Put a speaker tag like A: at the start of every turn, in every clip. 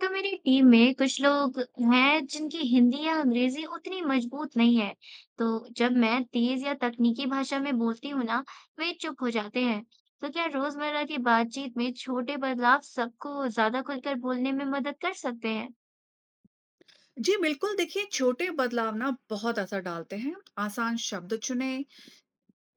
A: तो मेरी टीम में कुछ लोग हैं जिनकी हिंदी या अंग्रेजी उतनी मजबूत नहीं है। तो जब मैं तेज या तकनीकी भाषा में बोलती हूँ ना, वे चुप हो जाते हैं। तो क्या रोजमर्रा की बातचीत में छोटे बदलाव सबको ज्यादा खुलकर बोलने में मदद कर सकते हैं?
B: जी बिल्कुल, देखिए छोटे बदलाव ना बहुत असर डालते हैं। आसान शब्द चुनें,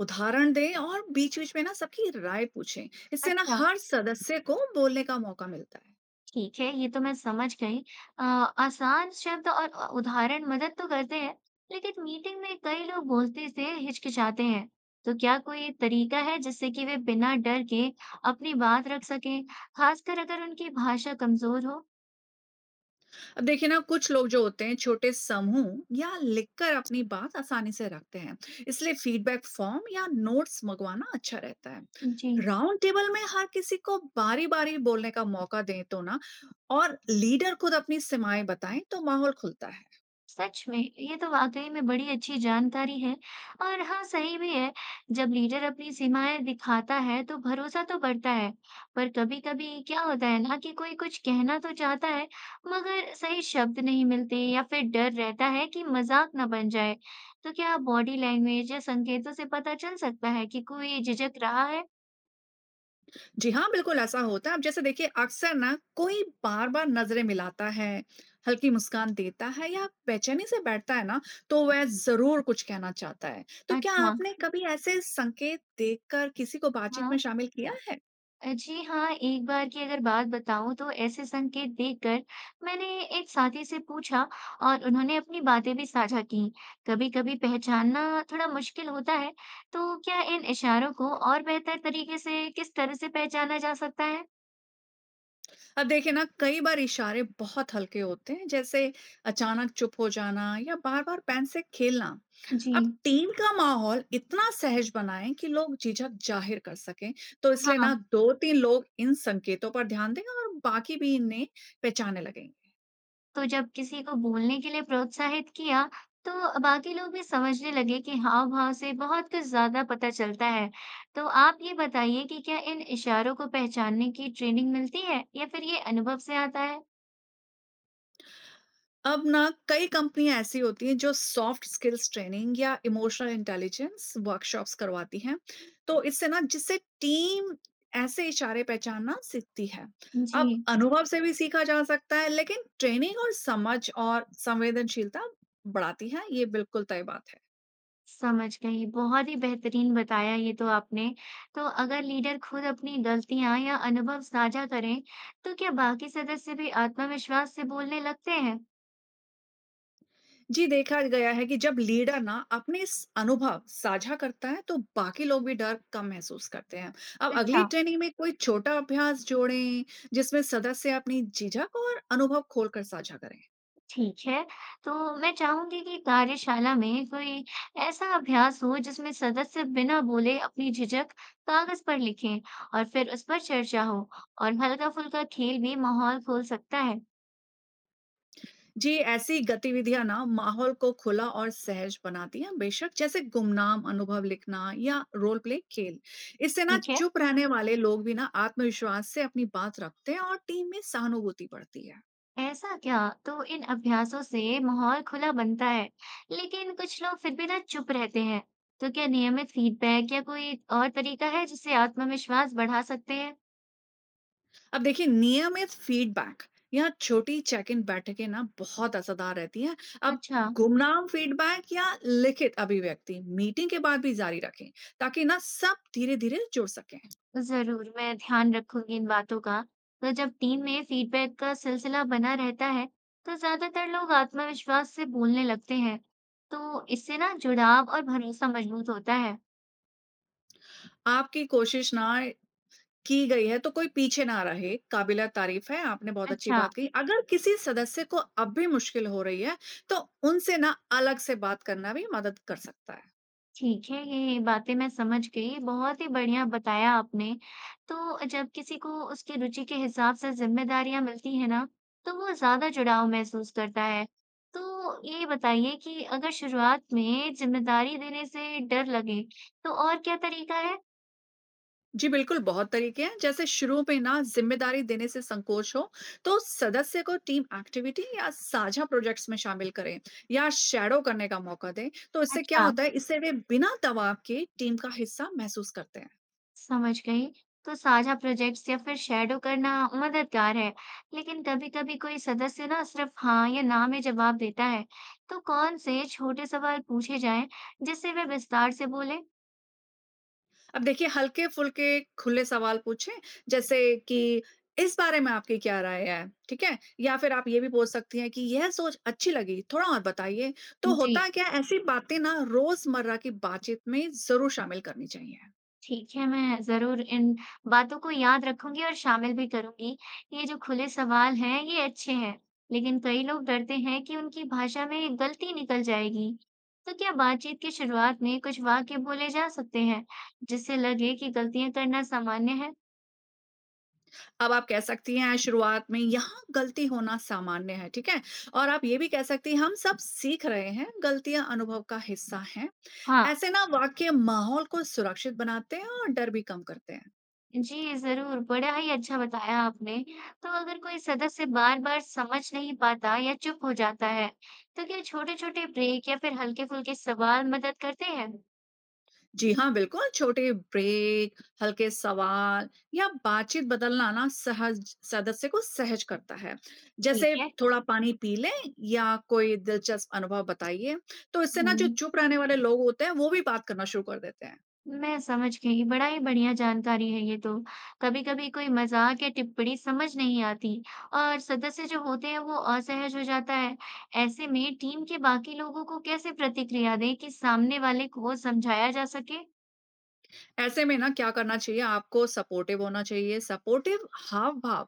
B: उदाहरण दें और बीच-बीच में ना सबकी राय पूछें। इससे ना
A: अच्छा,
B: हर सदस्य को बोलने का मौका मिलता है।
A: ठीक है, ये तो मैं समझ गई। अ, आसान शब्द और उदाहरण मदद तो करते हैं, लेकिन मीटिंग में कई लोग बोलते से हिचकिचाते हैं। तो क्या कोई तरीका है जिससे कि वे बिना डर के अपनी बात रख सकें, खासकर अगर उनकी भाषा कमजोर हो?
B: अब देखिए ना कुछ लोग जो होते हैं छोटे समूह या लिखकर अपनी बात आसानी से रखते हैं, इसलिए फीडबैक फॉर्म या नोट्स मंगवाना अच्छा रहता है।
A: जी।
B: राउंड टेबल में हर किसी को बारी बारी बोलने का मौका दें तो ना, और लीडर खुद अपनी सीमाएं बताएं तो माहौल खुलता है।
A: सच में ये तो वाकई में बड़ी अच्छी जानकारी है, और हाँ सही भी है। जब लीडर अपनी सीमाएं दिखाता है तो भरोसा तो बढ़ता है। पर कभी कभी क्या होता है ना कि कोई कुछ कहना तो चाहता है, मगर सही शब्द नहीं मिलते या फिर डर रहता है कि मजाक ना बन जाए। तो क्या बॉडी लैंग्वेज या संकेतों से पता चल सकता है कि कोई झिझक रहा है?
B: जी हाँ, बिल्कुल ऐसा होता है। अब जैसे देखिए अक्सर ना कोई बार-बार नज़रें मिलाता है, हल्की मुस्कान देता है या बेचैनी से बैठता है ना, तो वह ज़रूर कुछ कहना चाहता है। तो क्या
A: अच्छा।
B: आपने कभी ऐसे संकेत देखकर किसी को बातचीत
A: हाँ।
B: में शामिल किया है?
A: जी हाँ, एक बार की अगर बात बताऊँ तो ऐसे संकेत देखकर मैंने एक साथी से पूछा और उन्होंने अपनी बातें भी साझा की। कभी-कभी पहचानना थोड़ा मुश्किल होता है, तो क्या इन इशारों को और बेहतर तरीके से किस तरह से पहचाना जा सकता है?
B: अब देखिए ना कई बार इशारे बहुत हल्के होते हैं, जैसे अचानक चुप हो जाना या बार बार पेन से खेलना।
A: जी।
B: अब टीम का माहौल इतना सहज बनाएं कि लोग झिझक जाहिर कर सकें, तो इसलिए ना
A: हाँ।
B: दो तीन लोग इन संकेतों पर ध्यान दें और बाकी भी इन्हें पहचानने लगे।
A: तो जब किसी को बोलने के लिए प्रोत्साहित किया, तो बाकी लोग भी समझने लगे कि हाव-भाव से बहुत कुछ ज़्यादा पता चलता है। तो आप ये बताइए कि क्या इन इशारों को पहचानने की ट्रेनिंग मिलती है या फिर ये अनुभव से आता है?
B: अब ना कई कंपनियां ऐसी होती हैं जो सॉफ्ट स्किल्स ट्रेनिंग या इमोशनल इंटेलिजेंस वर्कशॉप्स करवाती हैं, तो इससे ना जिससे टीम ऐसे इशारे पहचानना सीखती है। अब
A: जी।
B: अनुभव से भी सीखा जा सकता है, लेकिन ट्रेनिंग और समझ और संवेदनशीलता बढ़ाती है, ये बिल्कुल तय बात है।
A: समझ गई। बहुत ही बेहतरीन बताया ये तो आपने। तो अगर लीडर खुद अपनी गलतियाँ या अनुभव साझा करें, तो क्या बाकी सदस्य भी आत्मविश्वास से बोलने लगते हैं?
B: जी, देखा गया है कि जब लीडर ना अनुभव साझा करता है तो बाकी लोग भी डर कम महसूस करते हैं। अब अगली
A: अच्छा।
B: ट्रेनिंग में कोई छोटा अभ्यास जोड़ें जिसमें सदस्य अपनी झिझक और अनुभव खोलकर साझा करें।
A: ठीक है, तो मैं चाहूंगी कि कार्यशाला में कोई ऐसा अभ्यास हो जिसमें सदस्य बिना बोले अपनी झिझक कागज पर लिखें और फिर उस पर चर्चा हो, और हल्का-फुल्का खेल भी माहौल खोल सकता है।
B: जी ऐसी गतिविधियां ना माहौल को खुला और सहज बनाती हैं बेशक, जैसे गुमनाम अनुभव लिखना या रोल प्ले खेल। इससे ना
A: ठीक है,
B: चुप रहने वाले लोग भी ना आत्मविश्वास से अपनी बात रखते हैं और टीम में सहानुभूति बढ़ती है।
A: ऐसा क्या? तो इन अभ्यासों से माहौल खुला बनता है, लेकिन कुछ लोग फिर भी ना चुप रहते हैं। तो क्या नियमित फीडबैक या कोई और तरीका है जिससे आत्मविश्वास बढ़ा सकते हैं?
B: अब देखिए नियमित फीडबैक या छोटी चेक इन बैठकें ना बहुत असरदार रहती हैं। अब
A: अच्छा।
B: गुमनाम फीडबैक या लिखित अभिव्यक्ति मीटिंग के बाद भी जारी रखें, ताकि ना सब धीरे धीरे जुड़ सकें।
A: जरूर मैं ध्यान रखूंगी इन बातों का। तो जब टीम में फीडबैक का सिलसिला बना रहता है, तो ज्यादातर लोग आत्मविश्वास से बोलने लगते हैं। तो इससे ना जुड़ाव और भरोसा मजबूत होता है।
B: आपकी कोशिश ना की गई है तो कोई पीछे ना रहे, काबिला तारीफ है। आपने बहुत अच्छी
A: अच्छा।
B: बात कही। अगर किसी सदस्य को अब भी मुश्किल हो रही है, तो उनसे ना अलग से बात करना भी मदद कर सकता है।
A: ठीक है, ये बातें मैं समझ गई। बहुत ही बढ़िया बताया आपने। तो जब किसी को उसकी रुचि के हिसाब से ज़िम्मेदारियाँ मिलती हैं ना, तो वो ज़्यादा जुड़ाव महसूस करता है। तो ये बताइए कि अगर शुरुआत में ज़िम्मेदारी देने से डर लगे, तो और क्या तरीका है?
B: जी बिल्कुल, बहुत तरीके हैं। जैसे शुरू में ना जिम्मेदारी देने से संकोच हो, तो सदस्य को टीम एक्टिविटी या साझा प्रोजेक्ट्स में शामिल करें या शैडो करने का मौका दें। तो इससे क्या
A: अच्छा।
B: होता है, इससे वे बिना दबाव के टीम का हिस्सा महसूस करते हैं।
A: समझ गई। तो साझा प्रोजेक्ट्स या फिर शैडो करना मददगार है, लेकिन कभी-कभी कोई सदस्य ना सिर्फ हाँ या ना में जवाब देता है। तो कौन से छोटे सवाल पूछे जाएं जिससे वे विस्तार से बोले?
B: अब देखिए हल्के-फुल्के खुले सवाल पूछें, जैसे कि इस बारे में आपकी क्या राय है? ठीक है? या फिर आप ये भी पूछ सकती हैं कि यह सोच अच्छी लगी, थोड़ा और बताइए। तो
A: जी।
B: होता क्या है, ऐसी बातें ना रोज़मर्रा की बातचीत में ज़रूर शामिल करनी चाहिए।
A: ठीक है, मैं ज़रूर इन बातों को याद रखूँगी और शामिल भी करूँगी। ये जो खुले सवाल हैं, ये अच्छे हैं, लेकिन कई लोग डरते हैं कि उनकी भाषा में गलती निकल जाएगी। तो क्या बातचीत की शुरुआत में कुछ वाक्य बोले जा सकते हैं, जिससे लगे कि गलतियाँ करना सामान्य है?
B: अब आप कह सकती हैं शुरुआत में यहाँ गलती होना सामान्य है, ठीक है? और आप ये भी कह सकती हैं हम सब सीख रहे हैं, गलतियाँ अनुभव का हिस्सा हैं।
A: हाँ।
B: ऐसे ना वाक्य माहौल को सुरक्षित बनाते हैं और डर भी कम करते हैं।
A: जी ज़रूर, बड़ा ही अच्छा बताया आपने। तो अगर कोई सदस्य बार-बार समझ नहीं पाता या चुप हो जाता है, तो क्या छोटे-छोटे ब्रेक या फिर हल्के-फुल्के सवाल मदद करते हैं?
B: जी हाँ, बिल्कुल, छोटे ब्रेक, हल्के सवाल या बातचीत बदलना ना सहज सदस्य को सहज करता है। जैसे
A: ठीक है।
B: थोड़ा पानी पी लें या कोई दिलचस्प अनुभव बताइए, तो इससे ना जो
A: हुँ,
B: चुप रहने वाले लोग होते हैं, वो भी बात करना शुरू कर देते हैं।
A: मैं समझ गई, बड़ा ही बढ़िया जानकारी है ये तो। कभी-कभी कोई मज़ाक या टिप्पणी समझ नहीं आती और सदस्य जो होते हैं, वो असहज हो जाता है। ऐसे में टीम के बाकी लोगों को कैसे प्रतिक्रिया दें कि सामने वाले को समझाया जा सके?
B: ऐसे में ना क्या करना चाहिए, आपको सपोर्टिव होना चाहिए। सपोर्टिव हाव भाव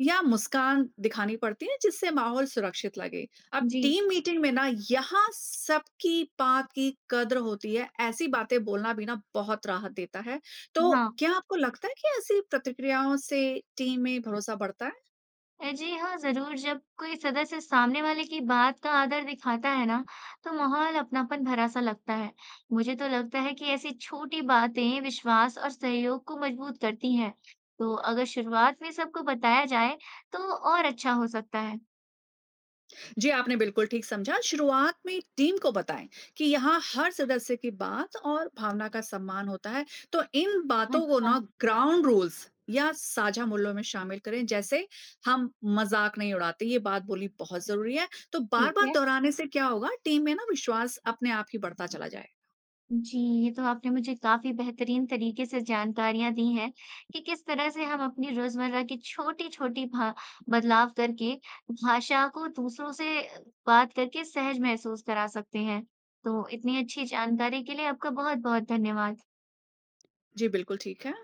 B: या मुस्कान दिखानी पड़ती है जिससे माहौल सुरक्षित लगे। अब
A: जी।
B: टीम मीटिंग में ना यहाँ सबकी बात की कद्र होती है, ऐसी बातें बोलना भी ना बहुत राहत देता है। तो
A: हाँ।
B: क्या आपको लगता है कि ऐसी प्रतिक्रियाओं से टीम में भरोसा बढ़ता है?
A: जी हाँ, ज़रूर। जब कोई सदस्य सामने वाले की बात का आदर दिखाता है ना, तो माहौल अपनापन भरा सा लगता है। मुझे तो लगता है कि ऐसी छोटी बातें विश्वास और सहयोग को मजबूत करती हैं। तो अगर शुरुआत में सबको बताया जाए, तो और अच्छा हो सकता है।
B: जी आपने बिल्कुल ठीक समझा। शुरुआत में टीम को बताएं कि यहाँ हर सदस्य की बात और भावना का सम्मान होता है, तो इन बातों को
A: अच्छा,
B: ना ग्राउंड रूल्स या साझा मूल्यों में शामिल करें। जैसे हम मजाक नहीं उड़ाते, ये बात बोली बहुत जरूरी है। तो बार
A: ठीक
B: बार
A: है
B: दोहराने से क्या होगा, टीम में ना विश्वास अपने आप ही बढ़ता चला जाए।
A: जी, ये तो आपने मुझे काफ़ी बेहतरीन तरीके से जानकारियाँ दी हैं कि किस तरह से हम अपनी रोज़मर्रा की छोटी-छोटी भा बदलाव करके भाषा को दूसरों से बात करके सहज महसूस करा सकते हैं। तो इतनी अच्छी जानकारी के लिए आपका बहुत-बहुत धन्यवाद।
B: जी बिल्कुल ठीक है।